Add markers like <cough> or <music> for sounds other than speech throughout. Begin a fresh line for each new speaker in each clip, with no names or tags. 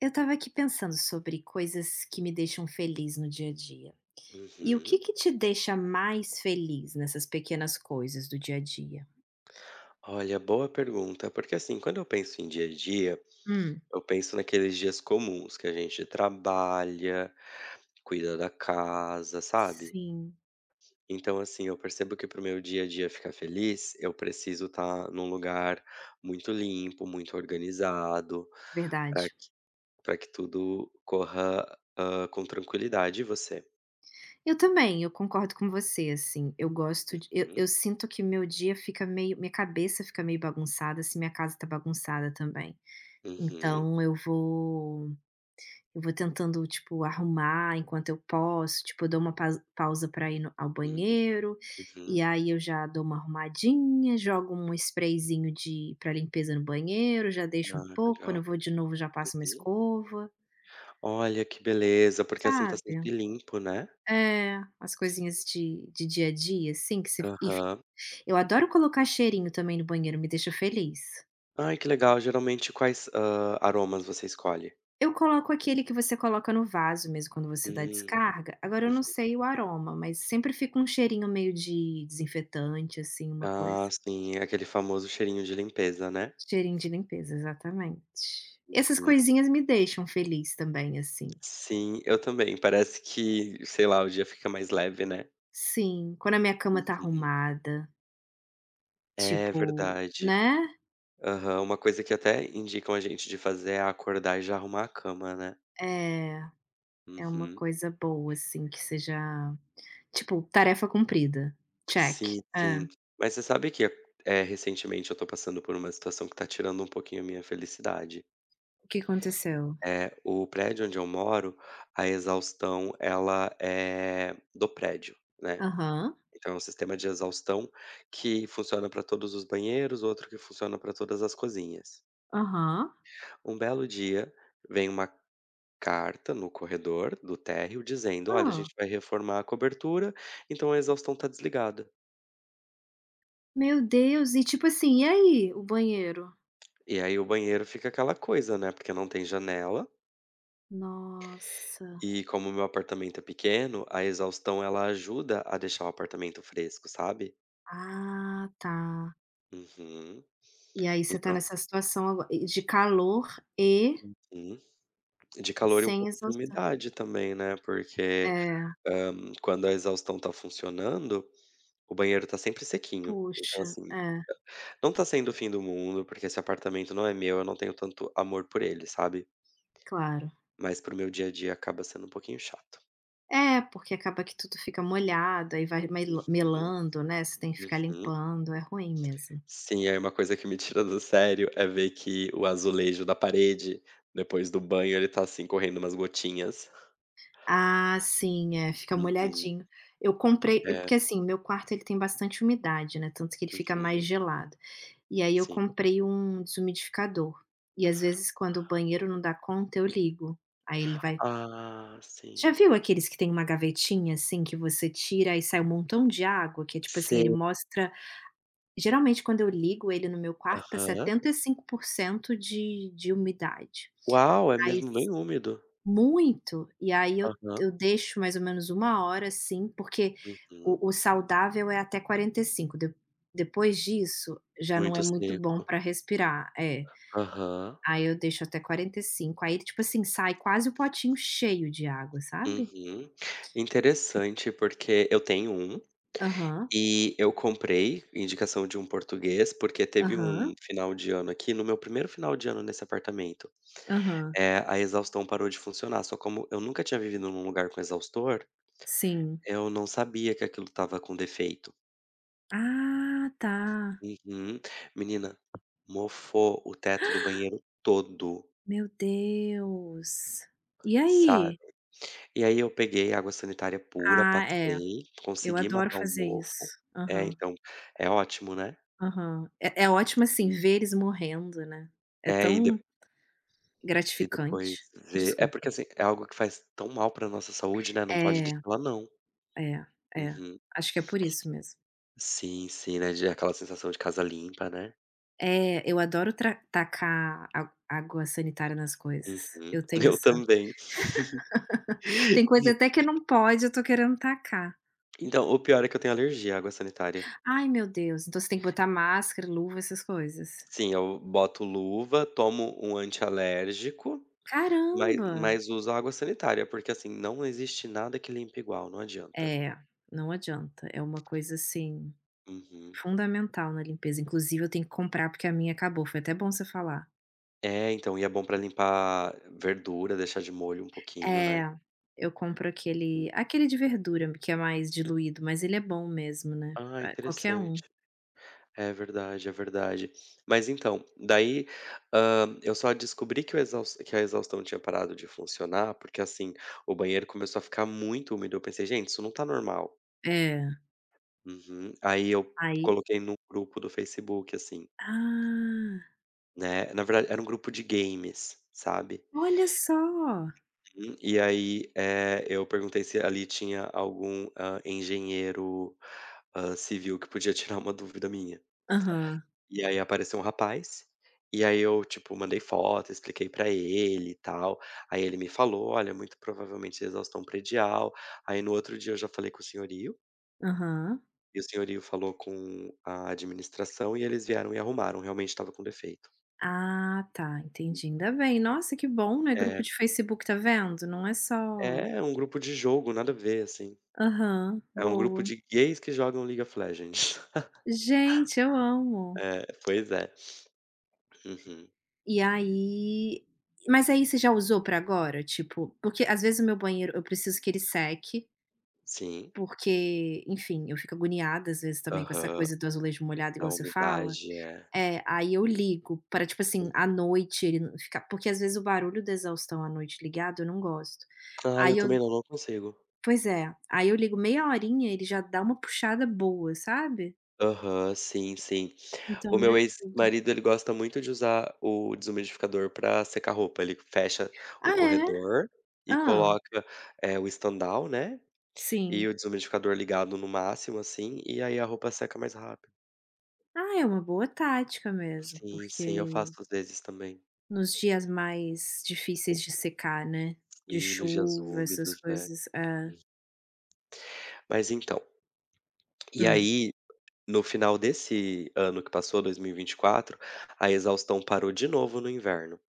Eu estava aqui pensando sobre coisas que me deixam feliz no dia a dia. E o que
Uhum.
que te deixa mais feliz nessas pequenas coisas do dia a dia?
Olha, boa pergunta, porque assim, quando eu penso em dia a dia,
Hum,
eu penso naqueles dias comuns que a gente trabalha, cuida da casa, sabe?
sim,
Então, assim, eu percebo que pro meu dia a dia ficar feliz, eu preciso estar num lugar muito limpo, muito organizado, para
verdade.
que, para que tudo corra com tranquilidade. E você?
Eu também, eu concordo com você, assim, eu gosto de eu
Hum.
eu sinto que meu dia fica meio minha cabeça fica meio bagunçada se minha casa tá bagunçada também.
Uhum.
Então eu vou Eu vou tentando, tipo, arrumar enquanto eu posso, tipo, eu dou uma pas pausa para ir no ao
Uhum.
banheiro, e
Uhum.
aí eu já dou uma arrumadinha, jogo um sprayzinho de para limpeza no banheiro, já deixo um
Ah,
pouco, quando
legal.
eu vou de novo já passo uma
Uhum.
escova,
Olha que beleza, porque assim tá
sabe?
sempre limpo, né.
É, as coisinhas de dia a dia, assim, que você e fi
Aham.
eu adoro colocar cheirinho também no banheiro, me deixa feliz.
Ai, que legal, geralmente quais, aromas você escolhe?
Eu coloco aquele que você coloca no vaso mesmo quando você
Hum.
dá descarga, agora eu não
Uhum.
sei o aroma, mas sempre fica um cheirinho meio de desinfetante, assim, uma coisa.
Ah, sim, aquele famoso cheirinho de limpeza, né.
Cheirinho de limpeza, exatamente. Essas coisinhas me deixam feliz também, assim.
Sim, eu também, parece que, sei lá, o dia fica mais leve, né.
Sim, quando a minha cama tá
Uhum.
arrumada,
É
tipo,
verdade.
né?
Aham, uma coisa que até indicam a gente de fazer é acordar e já arrumar a cama, né.
É, é uma
Uhum.
coisa boa, assim, que seja, tipo, tarefa cumprida, check.
Sim,
É.
sim. Mas você sabe que, é recentemente eu tô passando por uma situação que tá tirando um pouquinho a minha felicidade.
O que aconteceu?
É, o prédio onde eu moro, a exaustão ela é do prédio, né.
Aham,
Então é um sistema de exaustão que funciona para todos os banheiros, outro que funciona para todas as cozinhas.
aham.
Um belo dia, vem uma carta no corredor do térreo dizendo: "Olha, a
Hã.
gente vai reformar a cobertura, então a exaustão está desligada".
Meu Deus, e tipo assim, e aí o banheiro?
E aí o banheiro fica aquela coisa, né, porque não tem janela,
Nossa,
e como o meu apartamento é pequeno, a exaustão ela ajuda a deixar o apartamento fresco, sabe.
ah tá.
Uhum.
E aí você tá
Então.
nessa situação ago e de calor e
Uhum. De calor e um
sem
pouco de
exaustão.
umidade também, né, porque,
É,
quando a exaustão tá funcionando, o banheiro tá sempre sequinho. Então,
puxa,
assim,
é,
não tá sendo o fim do mundo, porque esse apartamento não é meu, eu não tenho tanto amor por ele, sabe,
claro.
mas para o meu dia a dia acaba sendo um pouquinho chato.
É, porque acaba que tudo fica molhado, aí vai melo
Uhum,
melando, né, você tem que ficar
uhum.
limpando, é ruim mesmo.
Sim, aí uma coisa que me tira do sério é ver que o azulejo da parede, depois do banho, ele tá, assim, correndo umas gotinhas.
Ah, sim, é, fica
Uhum.
molhadinho. Eu comprei é
É.
porque, assim, meu quarto ele tem bastante umidade, né, tanto que ele fica mais
Uhum.
gelado. E aí eu
Sim.
comprei um desumidificador, e às vezes quando o banheiro não dá conta eu ligo, aí ele vai
Ah,
já
sim.
viu aqueles que tem uma gavetinha, assim, que você tira e sai um montão de água, que é tipo assim, ele
Sei,
mostra geralmente quando eu ligo ele no meu quarto tá
aham.
75% de umidade.
Uau, é
Aí
mesmo bem úmido.
muito. E aí eu
Aham,
eu deixo mais ou menos uma hora, assim, porque
uhum.
o saudável é até 45, de depois disso, já não é
Muito
muito bom
seco.
para respirar. É.
Aham,
Aí eu deixo até 45 aí, tipo assim, sai quase o potinho cheio de água, sabe.
uhum. Interessante, porque eu tenho um,
Aham,
e eu comprei indicação de um português, porque teve
aham,
um final de ano aqui, no meu primeiro final de ano nesse apartamento,
aham.
é a exaustão parou de funcionar, só como eu nunca tinha vivido num lugar com exaustor,
Sim.
eu não sabia que aquilo estava com defeito.
Ah, tá.
Uhum. Menina, mofou o teto do banheiro todo,
Meu Deus. E
sabe.
aí?
E aí eu peguei água sanitária pura,
Ah, é.
passei,
Eu
consegui
adoro
matar o
fazer
mofo.
isso.
É,
Aham.
então, é ótimo, né.
Aham. É ótimo, assim,
E
ver eles morrendo, né. É
é, e de
tão
e depois
gratificante.
ver é porque,
Desculpa.
assim, é algo que faz tão mal pra nossa saúde, né, não pode
É,
deixar ela não.
é, é.
Uhum.
Acho que é por isso mesmo.
Sim, sim, né, de aquela sensação de casa limpa, né.
É, eu adoro tra tacar á água sanitária nas coisas.
Uhum.
Eu
<laughs>
tenho
Eu
essa
também.
tem coisa até
<laughs>
que não pode, eu tô querendo tacar.
Então, o pior é que eu tenho alergia à água sanitária.
"Ai, meu Deus", então você tem que botar máscara, luva, essas coisas.
Sim, eu boto luva, tomo um antialérgico. Mas
Caramba!
mas usa água sanitária, porque, assim, não existe nada que limpe igual, não adianta.
É, não adianta. É uma coisa, assim,
Uhum.
fundamental na limpeza. Inclusive eu tenho que comprar, porque a minha acabou. Foi até bom você falar.
É, então, e é bom pra limpar verdura, deixar de molho um pouquinho, né.
É, eu compro
Hum.
aquele de verdura que é mais diluído, mas ele é bom mesmo, né,
Ah,
qualquer um.
interessante. É verdade, é verdade. Mas então, daí, eu só descobri que o exaus que a exaustão tinha parado de funcionar, porque, assim, o banheiro começou a ficar muito úmido, eu pensei: "Gente, isso não tá normal".
É,
Uhum. Aí eu
aí
coloquei num grupo do Facebook, assim,
ah,
né, na verdade era um grupo de games, sabe.
olha só!
E aí, eu perguntei se ali tinha algum, engenheiro, civil que podia <laughs> tirar uma dúvida minha.
Aham,
E aí apareceu um rapaz, e aí eu, tipo, mandei foto, expliquei pra ele e tal. Aí ele me falou: "Olha, muito provavelmente exaustão predial". Aí no outro dia eu já falei com o senhorio,
aham.
e o senhorio falou com a administração e eles vieram e arrumaram, realmente estava com defeito.
Ah, tá, entendi, ainda bem. Nossa, que bom, né, grupo
É,
de Facebook, tá vendo? Não é só
é um grupo de jogo, nada a ver, assim.
aham,
É um grupo
boa.
de gays que jogam League of Legends.
Gente, eu amo.
É, pois é. Uhum.
E aí mas aí você já usou pra agora? Tipo, porque às vezes o meu banheiro eu preciso que ele seque.
Sim.
Porque, enfim, eu fico agoniada às vezes também com essa
Aham.
coisa do azulejo molhado
A
igual você fala.
umidade, é.
É, aí eu ligo para tipo assim, à
Uhum.
noite ele não ficar porque às vezes o barulho da exaustão à noite ligado eu não gosto.
Ai, eu
Aí eu
também não, não consigo.
pois é, aí eu ligo meia horinha, ele já dá uma puxada boa, sabe.
Aham, sim, sim.
Então
O
me
meu
ajuda.
ex-marido, ele gosta muito de usar o desumidificador para secar roupa. Ele fecha o
Ah é?
corredor e
Ah,
coloca, o estandal, né, e
sim.
o desumidificador ligado no máximo, assim, e aí a roupa seca mais rápido.
Ah, é uma boa tática mesmo,
Sim, sim, eu
porque
faço às vezes também.
nos dias mais difíceis de secar, né, de
Sim, nos dias
chuva, essas
úmidos, né.
coisas é.
Hum. Mas então, e
Hum.
aí no final desse ano que passou, 2024, a exaustão parou de novo no inverno.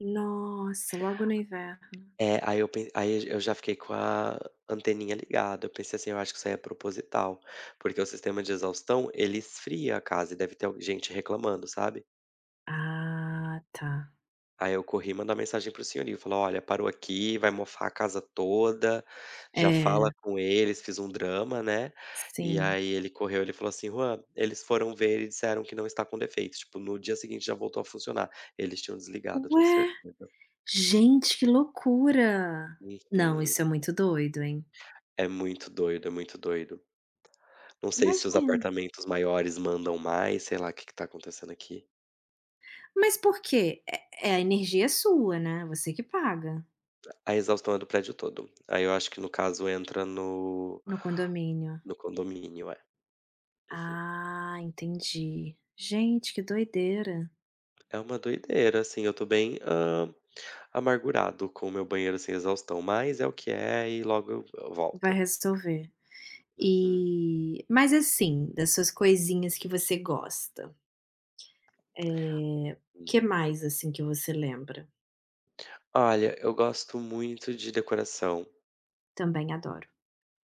Nossa, logo no inverno.
É, aí eu já fiquei com a anteninha ligada, eu pensei assim: "Eu acho que isso aí é proposital", porque o sistema de exaustão, ele esfria a casa e deve ter al gente reclamando, sabe.
Ah, tá.
Aí eu corri e mandar mensagem pro o senhorio, falar: "Olha, parou aqui, vai mofar a casa toda, já
É,
fala com eles", fiz um drama, né. E
sim.
aí ele correu, ele falou assim: "Juan, eles foram ver e disseram que não está com defeito", tipo, no dia seguinte já voltou a funcionar. Eles tinham desligado, eu tenho
Ué,
certeza.
gente, que loucura! Não,
Uhum.
isso é muito doido, hein.
É muito doido, é muito doido. Não sei se os
Imagina.
apartamentos maiores mandam mais, sei lá o que que tá acontecendo aqui.
Mas por quê? A energia é sua, né, você que paga
A exaustão é do prédio todo. Aí eu acho que no caso entra no
no condomínio.
no condomínio, é.
Ah, entendi. Gente, que doideira.
É uma doideira, assim, eu tô bem, amargurado com o meu banheiro sem exaustão, mas é o que é e logo
Vai
volta.
resolver.
Uhum.
E mas, assim, das suas coisinhas que você gosta, É,
Hum.
que mais, assim, que você lembra?
Olha, eu gosto muito de decoração,
Também adoro.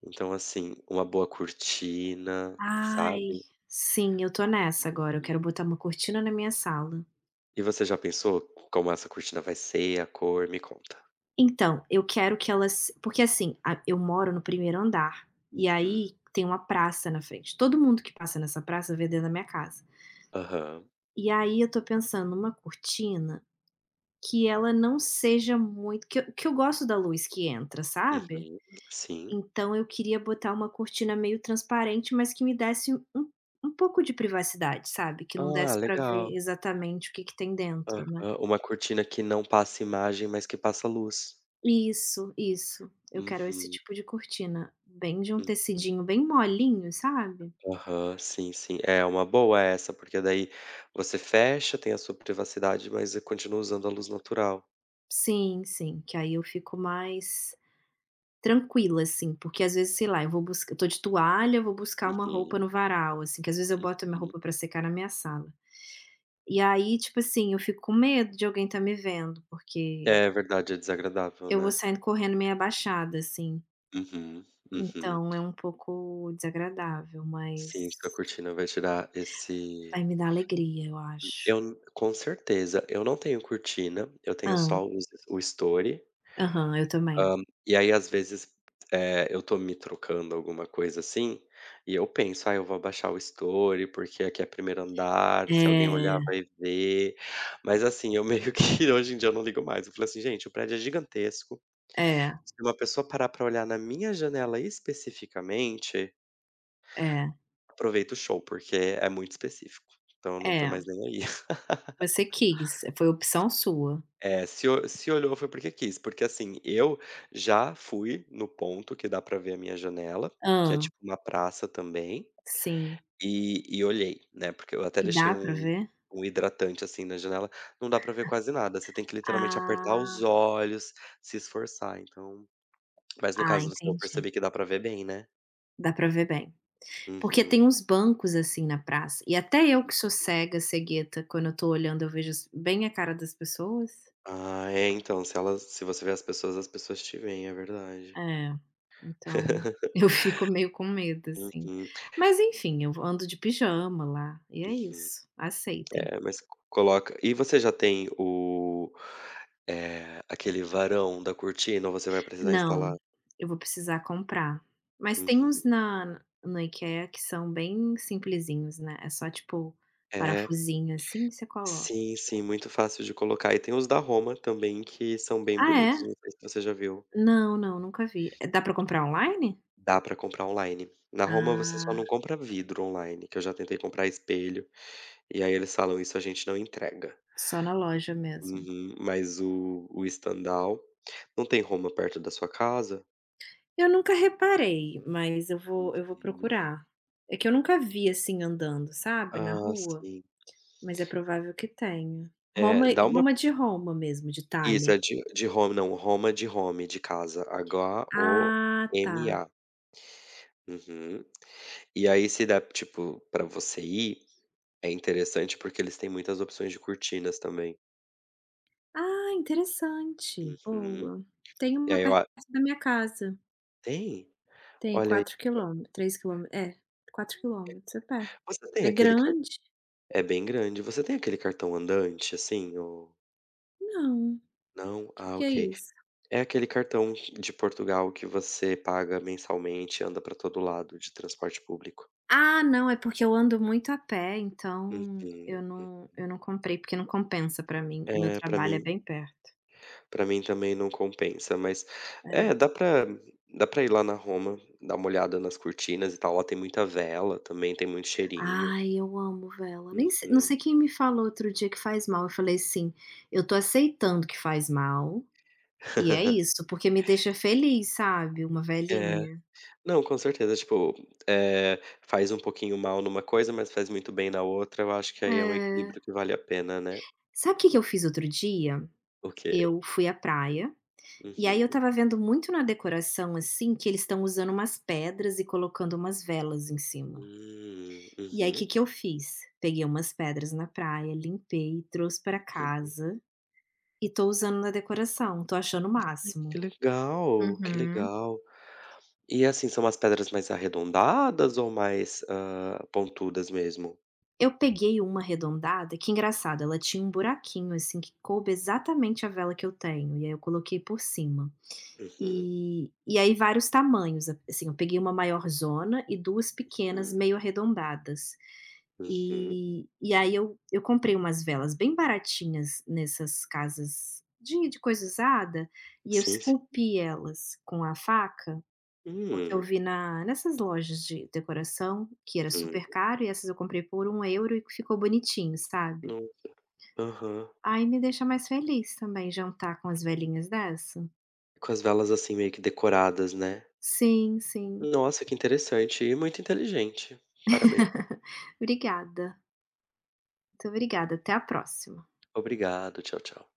então, assim, uma boa cortina,
Ai,
sabe.
sim, eu tô nessa agora, eu
Hum.
quero botar uma cortina na minha sala.
E você já pensou como essa cortina vai ser, a cor? Me conta.
Então, eu quero que elas porque assim, a eu moro no primeiro andar, e
Uhum.
aí tem uma praça na frente, todo mundo que passa nessa praça vê dentro da minha casa.
Aham.
E aí eu tô pensando numa cortina que ela não seja muito que eu gosto da luz que entra, sabe?
Uhum. Sim.
Então eu queria botar uma cortina meio transparente, mas que me desse um um pouco de privacidade, sabe, que não
Ah,
desse para ver
legal.
exatamente o que tem dentro, né.
Aham. Uma cortina que não passa imagem, mas que passa luz.
Isso, isso. Eu quero esse
Uhum.
tipo de cortina, bem de um tecidinho bem molinho, sabe.
Aham, sim, sim. É, uma boa essa, porque daí você fecha, tem a sua privacidade, mas você continua usando a luz natural.
Sim, sim, que aí eu fico mais tranquila, assim, porque às vezes, sei lá, eu vou buscar eu tô de toalha, eu vou buscar uma
Uhum,
roupa no varal, assim, que às vezes eu boto a minha
uhum.
roupa pra secar na minha sala. E aí, tipo assim, eu fico com medo de alguém tá me vendo, porque
É verdade, é desagradável,
eu vou
né.
saindo correndo meio abaixada, assim,
Uhum, uhum.
então é um pouco desagradável, mas
Sim, sua cortina vai tirar esse.
vai me dar alegria, eu acho.
Com certeza, eu não tenho cortina, eu tenho só
Ah,
o story.
Aham, eu também.
Hã, e aí às vezes, eu tô me trocando, alguma coisa assim, e eu penso: "Ah, eu vou abaixar o story, porque aqui é primeiro andar, se alguém
É,
olhar vai ver". Mas assim, eu meio que <laughs> hoje em dia eu não ligo mais, eu falo assim: "Gente, o prédio é gigantesco,
é,
se uma pessoa parar pra olhar na minha janela especificamente,
é,
aproveita o show, porque é muito específico". Então eu não tô mais
é.
nem aí.
Você quis, foi opção sua.
É, se olhou foi porque quis, porque assim, eu já fui no ponto que dá pra ver a minha janela, que é
Ah,
tipo uma praça também,
sim.
e olhei, né, porque eu até
E
deixei
dá pra
um
ver?
um hidratante, assim, na janela, não dá pra ver quase nada, você tem que literalmente apertar os
Ah,
olhos, se esforçar, então mas no
ah,
caso do seu eu
entendi.
percebi que dá pra ver bem, né.
Dá pra ver bem. Porque
Uhum.
tem uns bancos, assim, na praça, e até eu que sou cega, cegueta, quando eu tô olhando eu vejo bem a cara das pessoas.
Ah, é, então, se você vê as pessoas te veem, é verdade.
É, então <laughs>
<laughs>
eu fico meio com medo, assim.
Uhum,
Mas enfim, eu ando de pijama lá, e é
uhum.
isso, aceitem.
É, mas coloca e você já tem aquele varão da cortina ou você vai precisar instalar?
Não, eu vou precisar comprar. Mas tem uns
Uhum.
na IKEA que são bem simplesinhos, né, é só tipo
É,
parafusinho, assim, você coloca.
sim, sim, muito fácil de colocar. E tem os da Roma também que são bem
Ah, é?
bonitos, não sei se você já viu.
Não, não, nunca vi. É, dá pra comprar online?
Dá pra comprar online. Na Roma você só
Ah,
não compra vidro online, que eu já tentei comprar espelho, e aí eles falam: "Isso a gente não entrega".
só na loja mesmo.
Uhum. Mas o Stendhal não tem Roma perto da sua casa?
Eu nunca reparei, mas eu vou
Uhum.
procurar. É que eu nunca vi, assim, andando, sabe, na
Ah,
rua,
sim.
mas é provável que tenha. Roma
É, dá uma
Roma de Roma mesmo, de
isso,
Itália.
é de home, não, Roma de home, de casa,
Ah, tá.
Homa. Uhum. E aí se dá, tipo, pra você ir, é interessante porque eles têm muitas opções de cortinas também.
Ah, interessante,
Uhum.
boa. Tem
E
uma
aí eu
perto
a
da minha casa.
Tem?
Tem
Olha aí.
4 km, 3 km, é, 4 km, é perto.
Você
É
tem aquele car
grande?
É bem grande. Você tem aquele cartão andante, assim, ou
Não, O
não?
que
Ah,
que é
ok.
isso?
É aquele cartão de Portugal que você paga mensalmente e anda pra todo lado de transporte público.
Ah, não, é porque eu ando muito a pé,
Uhum,
então
hum.
eu não comprei, porque não compensa pra mim. O meu
É, pra
trabalho é
mim.
bem perto.
Pra mim também não compensa, mas é,
É.
dá pra ir lá na Roma, dar uma olhada nas cortinas e tal, lá tem muita vela também, tem muito cheirinho.
Ai, eu amo vela. Nem se não
Uhum.
sei quem me falou outro dia que faz mal. Eu falei assim: "Eu tô aceitando que faz mal, e é
<laughs>
isso, porque me deixa feliz, sabe, uma
É.
velinha".
Não, com certeza, tipo, faz um pouquinho mal numa coisa, mas faz muito bem na outra, eu acho que aí é um
É.
equilíbrio que vale a pena, né.
Sabe o que eu fiz outro dia?
O quê?
Eu fui à praia, e aí eu
Uhum.
estava vendo muito na decoração, assim, que eles estão usando umas pedras e colocando umas velas em cima. E aí, o que
Uhum,
que eu fiz? Peguei umas pedras na praia, limpei, trouxe pra
uhum.
casa e tô usando na decoração, tô achando o
Ai,
máximo.
que legal, que
Uhum.
legal. E, assim, são as pedras mais arredondadas ou mais, pontudas mesmo?
Eu peguei uma arredondada, que engraçado, ela tinha um buraquinho, assim, que coube exatamente a vela que eu tenho, e aí eu coloquei por cima.
Uhum.
E aí vários tamanhos, assim, eu peguei uma maior zona e 2 pequenas
Hum,
meio arredondadas.
uhum.
E aí eu comprei umas velas bem baratinhas nessas casas de coisa usada, e eu
Sim, sim.
esculpi elas com a faca, porque eu
Hum,
vi na nessas lojas de decoração que era super
uhum.
caro e essas eu comprei por 1 euro e ficou bonitinho, sabe.
No Aham.
Aí me deixa mais feliz também jantar com as velhinhas dessa.
Com as velas, assim, meio que decoradas, né.
Sim, sim.
Nossa, que interessante e muito inteligente. Parabéns.
<laughs> Obrigada, muito obrigada. Até a próxima.
Obrigado. Tchau, tchau.